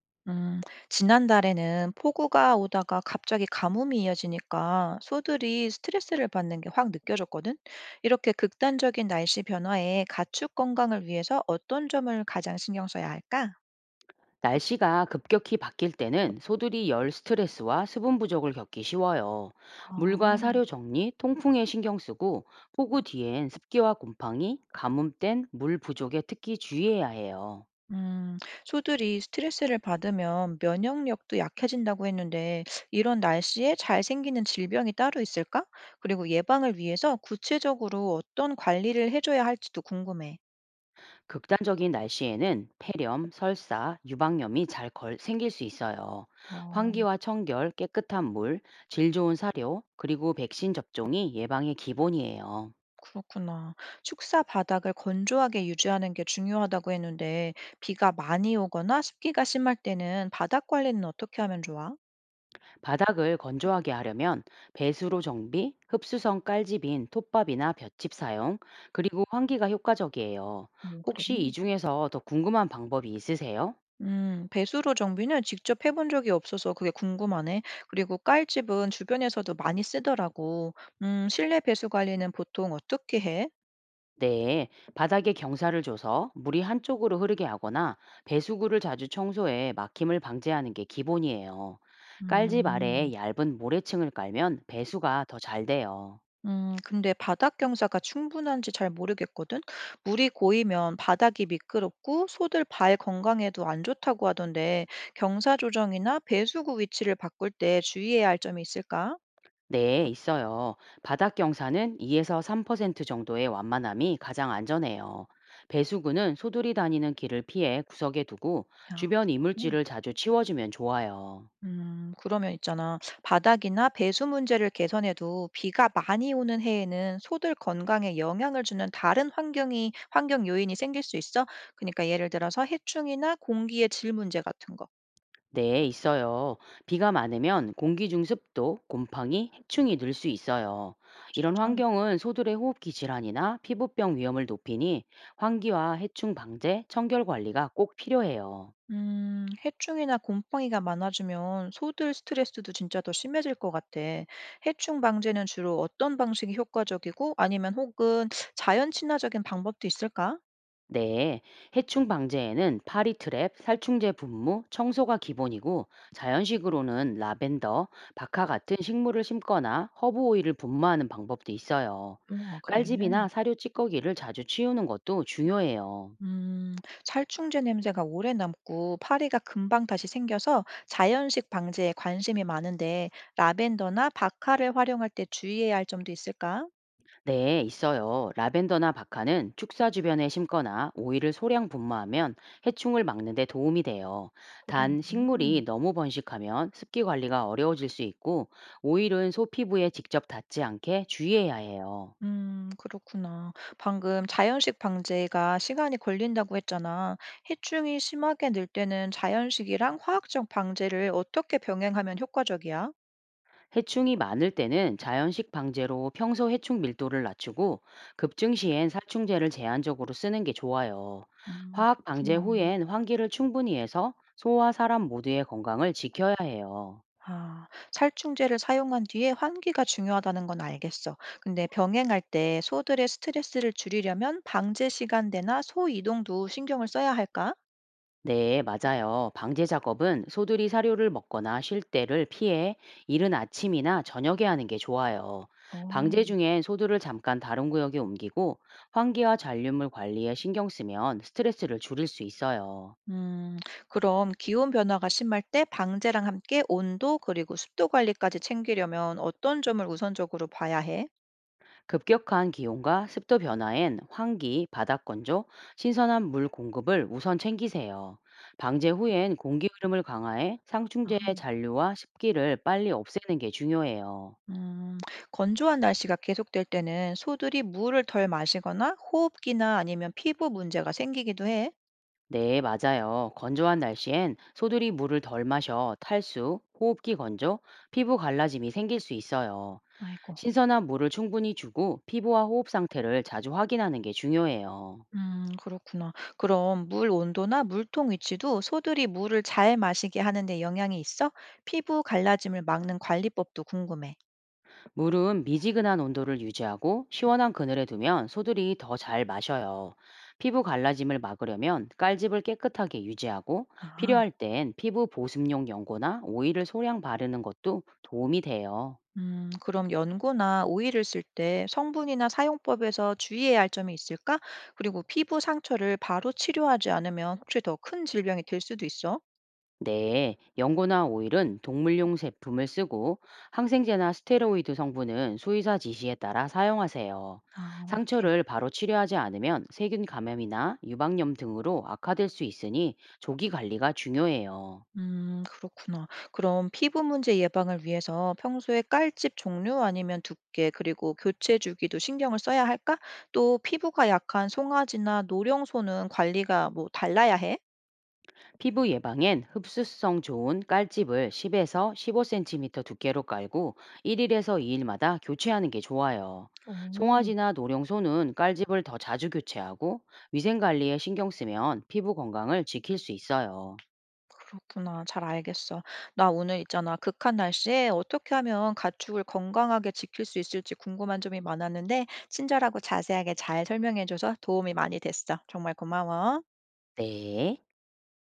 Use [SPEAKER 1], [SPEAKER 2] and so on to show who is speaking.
[SPEAKER 1] 음, 지난달에는 폭우가 오다가 갑자기 가뭄이 이어지니까 소들이 스트레스를 받는 게 확 느껴졌거든. 이렇게 극단적인 날씨 변화에 가축 건강을 위해서 어떤 점을 가장 신경 써야 할까?
[SPEAKER 2] 날씨가 급격히 바뀔 때는 소들이 열 스트레스와 수분 부족을 겪기 쉬워요. 물과
[SPEAKER 1] 아,
[SPEAKER 2] 사료 정리, 통풍에 신경 쓰고 폭우 뒤엔 습기와 곰팡이, 가뭄땐 물 부족에 특히 주의해야 해요.
[SPEAKER 1] 음, 소들이 스트레스를 받으면 면역력도 약해진다고 했는데 이런 날씨에 잘 생기는 질병이 따로 있을까? 그리고 예방을 위해서 구체적으로 어떤 관리를 해줘야 할지도 궁금해.
[SPEAKER 2] 극단적인 날씨에는 폐렴, 설사, 유방염이 생길 수 있어요.
[SPEAKER 1] 어,
[SPEAKER 2] 환기와 청결, 깨끗한 물, 질 좋은 사료, 그리고 백신 접종이 예방의 기본이에요.
[SPEAKER 1] 그렇구나. 축사 바닥을 건조하게 유지하는 게 중요하다고 했는데, 비가 많이 오거나 습기가 심할 때는 바닥 관리는 어떻게 하면 좋아?
[SPEAKER 2] 바닥을 건조하게 하려면 배수로 정비, 흡수성 깔집인 톱밥이나 볏짚 사용, 그리고 환기가 효과적이에요.
[SPEAKER 1] 그래.
[SPEAKER 2] 혹시 이 중에서 더 궁금한 방법이 있으세요?
[SPEAKER 1] 배수로 정비는 직접 해본 적이 없어서 그게 궁금하네. 그리고 깔집은 주변에서도 많이 쓰더라고. 실내 배수 관리는 보통 어떻게 해?
[SPEAKER 2] 네, 바닥에 경사를 줘서 물이 한쪽으로 흐르게 하거나 배수구를 자주 청소해 막힘을 방지하는 게 기본이에요. 깔집
[SPEAKER 1] 음.
[SPEAKER 2] 아래에 얇은 모래층을 깔면 배수가 더 잘 돼요.
[SPEAKER 1] 근데 바닥 경사가 충분한지 잘 모르겠거든? 물이 고이면 바닥이 미끄럽고 소들 발 건강에도 안 좋다고 하던데 경사 조정이나 배수구 위치를 바꿀 때 주의해야 할 점이 있을까?
[SPEAKER 2] 네, 있어요. 바닥 경사는 2에서 3% 정도의 완만함이 가장 안전해요. 배수구는 소들이 다니는 길을 피해 구석에 두고
[SPEAKER 1] 아,
[SPEAKER 2] 주변
[SPEAKER 1] 그러게.
[SPEAKER 2] 이물질을 자주 치워주면 좋아요.
[SPEAKER 1] 그러면 있잖아. 바닥이나 배수 문제를 개선해도 비가 많이 오는 해에는 소들 건강에 영향을 주는 다른 환경 요인이 생길 수 있어? 그러니까 예를 들어서 해충이나 공기의 질 문제 같은 거.
[SPEAKER 2] 네, 있어요. 비가 많으면 공기 중 습도, 곰팡이, 해충이 늘 수 있어요.
[SPEAKER 1] 아,
[SPEAKER 2] 이런
[SPEAKER 1] 진짜?
[SPEAKER 2] 환경은 소들의 호흡기 질환이나 피부병 위험을 높이니 환기와 해충 방제, 청결 관리가 꼭 필요해요.
[SPEAKER 1] 해충이나 곰팡이가 많아지면 소들 스트레스도 진짜 더 심해질 것 같아. 해충 방제는 주로 어떤 방식이 효과적이고 아니면 혹은 자연 친화적인 방법도 있을까?
[SPEAKER 2] 네, 해충 방제에는 파리 트랩, 살충제 분무, 청소가 기본이고 자연식으로는 라벤더, 박하 같은 식물을 심거나 허브 오일을 분무하는 방법도 있어요.
[SPEAKER 1] 아, 그래.
[SPEAKER 2] 깔집이나 사료 찌꺼기를 자주 치우는 것도 중요해요.
[SPEAKER 1] 음, 살충제 냄새가 오래 남고 파리가 금방 다시 생겨서 자연식 방제에 관심이 많은데 라벤더나 박하를 활용할 때 주의해야 할 점도 있을까?
[SPEAKER 2] 네, 있어요. 라벤더나 박하는 축사 주변에 심거나 오이를 소량 분무하면 해충을 막는 데 도움이 돼요.
[SPEAKER 1] 소량.
[SPEAKER 2] 단, 식물이 너무 번식하면 습기 관리가 어려워질 수 있고, 오일은 소 피부에 직접 닿지 않게 주의해야 해요.
[SPEAKER 1] 그렇구나. 방금 자연식 방제가 시간이 걸린다고 했잖아. 해충이 심하게 늘 때는 자연식이랑 화학적 방제를 어떻게 병행하면 효과적이야?
[SPEAKER 2] 해충이 많을 때는 자연식 방제로 평소 해충 밀도를 낮추고, 급증 시엔 살충제를 제한적으로 쓰는 게 좋아요. 화학 방제
[SPEAKER 1] 그렇구나.
[SPEAKER 2] 후엔 환기를 충분히 해서 소와 사람 모두의 건강을 지켜야 해요.
[SPEAKER 1] 아, 살충제를 사용한 뒤에 환기가 중요하다는 건 알겠어. 근데 병행할 때 소들의 스트레스를 줄이려면 방제 시간대나 소 이동도 신경을 써야 할까?
[SPEAKER 2] 네, 맞아요. 방제 작업은 소들이 사료를 먹거나 쉴 때를 피해 이른 아침이나 저녁에 하는 게 좋아요. 방제
[SPEAKER 1] 어.
[SPEAKER 2] 중엔 소들을 잠깐 다른 구역에 옮기고 환기와 잔류물 관리에 신경 쓰면 스트레스를 줄일 수 있어요.
[SPEAKER 1] 음, 그럼 기온 변화가 심할 때 방제랑 함께 온도 그리고 습도 관리까지 챙기려면 어떤 점을 우선적으로 봐야 해?
[SPEAKER 2] 급격한 기온과 습도 변화엔 환기, 바닥 건조, 신선한 물 공급을 우선 챙기세요. 방제 후엔 공기 흐름을 강화해
[SPEAKER 1] 아,
[SPEAKER 2] 상충제의 잔류와 습기를 빨리 없애는 게 중요해요.
[SPEAKER 1] 음, 건조한 날씨가 계속될 때는 소들이 물을 덜 마시거나 호흡기나 아니면 피부 문제가 생기기도 해.
[SPEAKER 2] 네, 맞아요. 건조한 날씨엔 소들이 물을 덜 마셔 탈수, 호흡기 건조, 피부 갈라짐이 생길 수 있어요.
[SPEAKER 1] 아이고.
[SPEAKER 2] 신선한 물을 충분히 주고 피부와 호흡 상태를 자주 확인하는 게 중요해요.
[SPEAKER 1] 그렇구나. 그럼 물 온도나 물통 위치도 소들이 물을 잘 마시게 하는 데 영향이 있어? 피부 갈라짐을 막는 관리법도 궁금해.
[SPEAKER 2] 물은 미지근한 온도를 유지하고 시원한 그늘에 두면 소들이 더 잘 마셔요. 피부 갈라짐을 막으려면 깔집을 깨끗하게 유지하고
[SPEAKER 1] 아.
[SPEAKER 2] 필요할 땐 피부 보습용 연고나 오일을 소량 바르는 것도 도움이 돼요.
[SPEAKER 1] 그럼 연고나 오일을 쓸 때 성분이나 사용법에서 주의해야 할 점이 있을까? 그리고 피부 상처를 바로 치료하지 않으면 혹시 더 큰 질병이 될 수도 있어?
[SPEAKER 2] 네, 연고나 오일은 동물용 제품을 쓰고 항생제나 스테로이드 성분은 수의사 지시에 따라 사용하세요.
[SPEAKER 1] 아, 이렇게.
[SPEAKER 2] 상처를 바로 치료하지 않으면 세균 감염이나 유방염 등으로 악화될 수 있으니 조기 관리가 중요해요.
[SPEAKER 1] 그렇구나. 그럼 피부 문제 예방을 위해서 평소에 깔집 종류 아니면 두께, 그리고 교체 주기도 신경을 써야 할까? 또 피부가 약한 송아지나 노령소는 관리가 뭐 달라야 해?
[SPEAKER 2] 피부 예방엔 흡수성 좋은 깔집을 10에서 15cm 두께로 깔고 1일에서 2일마다 교체하는 게 좋아요.
[SPEAKER 1] 오.
[SPEAKER 2] 송아지나 노령소는 깔집을 더 자주 교체하고 위생관리에 신경 쓰면 피부 건강을 지킬 수 있어요.
[SPEAKER 1] 그렇구나. 잘 알겠어. 나 오늘 있잖아. 극한 날씨에 어떻게 하면 가축을 건강하게 지킬 수 있을지 궁금한 점이 많았는데, 친절하고 자세하게 잘 설명해줘서 도움이 많이 됐어. 정말 고마워.
[SPEAKER 2] 네.